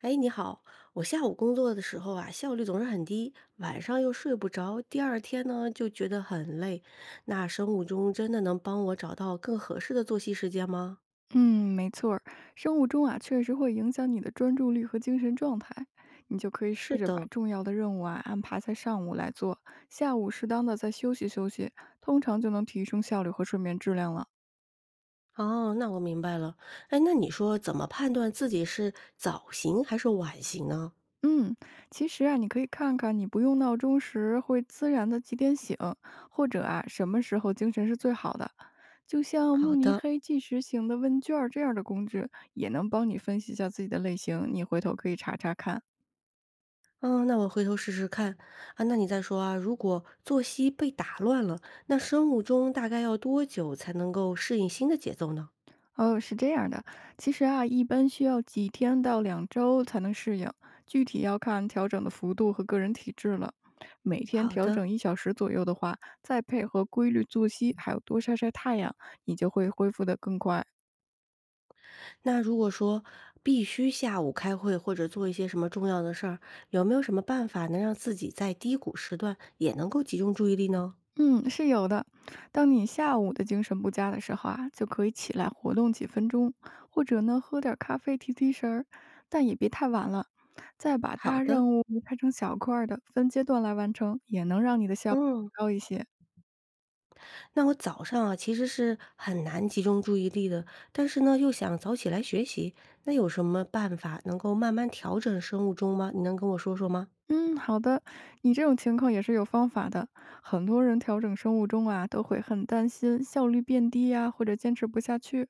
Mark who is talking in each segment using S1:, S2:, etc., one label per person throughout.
S1: 哎，你好，我下午工作的时候啊，效率总是很低，晚上又睡不着，第二天呢就觉得很累。那生物钟真的能帮我找到更合适的作息时间吗？
S2: 嗯，没错儿，生物钟啊，确实会影响你的专注力和精神状态。你就可以试
S1: 是
S2: 着把
S1: 的，
S2: 重要的任务啊安排在上午来做，下午适当的再休息休息，通常就能提升效率和睡眠质量了。
S1: 哦，那我明白了。哎，那你说怎么判断自己是早型还是晚型呢？
S2: 嗯，其实啊，你可以看看你不用闹钟时会自然的几点醒，或者啊什么时候精神是最好的，就像慕
S1: 好
S2: 尼
S1: 的，
S2: 黑计时型的问卷儿这样的工具，也能帮你分析一下自己的类型，你回头可以查查看。
S1: 嗯，那我回头试试看啊。那你再说啊，如果作息被打乱了，那生物钟大概要多久才能够适应新的节奏呢？
S2: 哦，是这样的，其实啊，一般需要几天到2周才能适应，具体要看调整的幅度和个人体质了。每天
S1: 好
S2: 调
S1: 的。
S2: 整1小时左右的话，再配合规律作息，还有多晒晒太阳，你就会恢复得更快。
S1: 那如果说必须下午开会或者做一些什么重要的事儿，有没有什么办法能让自己在低谷时段也能够集中注意力呢？
S2: 嗯，是有的。当你下午的精神不佳的时候啊，就可以起来活动几分钟，或者呢喝点咖啡提提神儿，但也别太晚了。再把
S1: 好
S2: 大
S1: 的，
S2: 任务拆成小块儿的，分阶段来完成，也能让你的效率
S1: 嗯，
S2: 高一些。
S1: 那我早上啊其实是很难集中注意力的，但是呢又想早起来学习，那有什么办法能够慢慢调整生物钟吗？你能跟我说说吗？
S2: 嗯，好的，你这种情况也是有方法的。很多人调整生物钟啊，都会很担心效率变低呀、或者坚持不下去。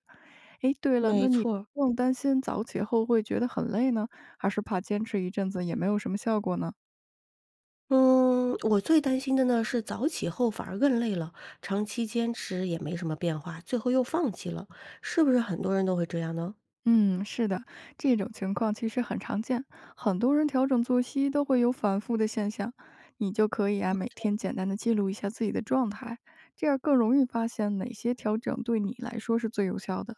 S2: 诶，对了，
S1: 没
S2: 那你
S1: 错儿，
S2: 更担心早起后会觉得很累呢，还是怕坚持一阵子也没有什么效果呢？
S1: 嗯，我最担心的呢是早起后反而更累了，长期坚持也没什么变化，最后又放弃了，是不是很多人都会这样呢？
S2: 嗯，是的，这种情况其实很常见，很多人调整作息都会有反复的现象。你就可以啊，每天简单的记录一下自己的状态，这样更容易发现哪些调整对你来说是最有效的。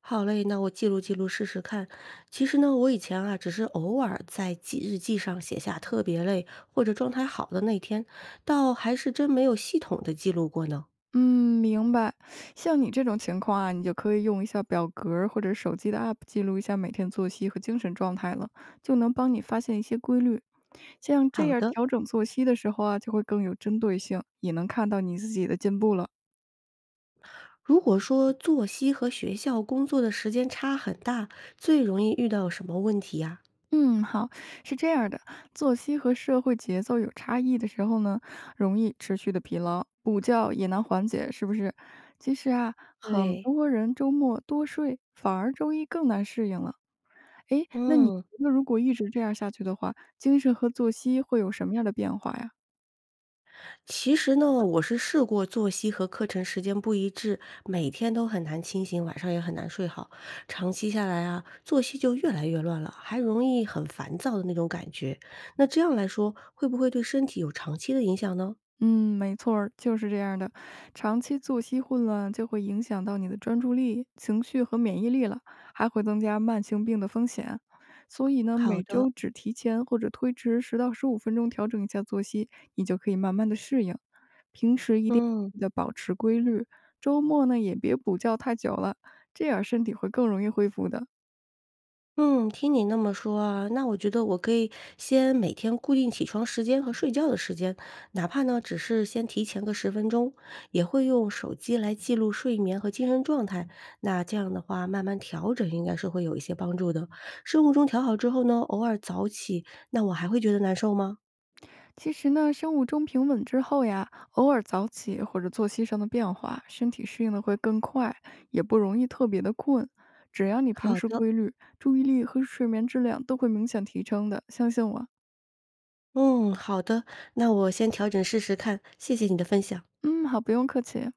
S1: 好嘞，那我记录记录试试看。其实呢，我以前啊，只是偶尔在记日记上写下特别累或者状态好的那天，倒还是真没有系统的记录过呢。
S2: 嗯，明白。像你这种情况啊，你就可以用一下表格儿或者手机的 App 记录一下每天作息和精神状态了，就能帮你发现一些规律。像这
S1: 好
S2: 样
S1: 的，
S2: 调整作息的时候啊，就会更有针对性，也能看到你自己的进步了。
S1: 如果说作息和学校工作的时间差很大，最容易遇到什么问题呀？
S2: 嗯，好，是这样的，作息和社会节奏有差异的时候呢，容易持续的疲劳，补觉也难缓解，是不是？其实啊，很
S1: 对，
S2: 多人周末多睡，反而周一更难适应了。诶，那你
S1: 嗯。
S2: 觉得如果一直这样下去的话，精神和作息会有什么样的变化呀？
S1: 其实呢，我是试过作息和课程时间不一致，每天都很难清醒，晚上也很难睡好。长期下来啊，作息就越来越乱了，还容易很烦躁的那种感觉。那这样来说，会不会对身体有长期的影响呢？
S2: 嗯，没错儿，就是这样的。长期作息混乱就会影响到你的专注力、情绪和免疫力了，还会增加慢性病的风险。所以呢，
S1: 好
S2: 每
S1: 的，
S2: 周只提前或者推迟10到15分钟调整一下作息，你就可以慢慢的适应。平时一定
S1: 嗯。
S2: 要保持规律，周末呢也别补觉太久了，这样身体会更容易恢复的。
S1: 嗯，听你那么说啊，那我觉得我可以先每天固定起床时间和睡觉的时间，哪怕呢只是先提前个10分钟，也会用手机来记录睡眠和精神状态。那这样的话，慢慢调整应该是会有一些帮助的。生物钟调好之后呢，偶尔早起，那我还会觉得难受吗？
S2: 其实呢，生物钟平稳之后呀，偶尔早起或者作息上的变化，身体适应的会更快，也不容易特别的困。只要你平
S1: 好
S2: 时
S1: 的，
S2: 规律，注意力和睡眠质量都会明显提升的，相信我。
S1: 嗯，好的，那我先调整试试看，谢谢你的分享。
S2: 嗯，好，不用客气。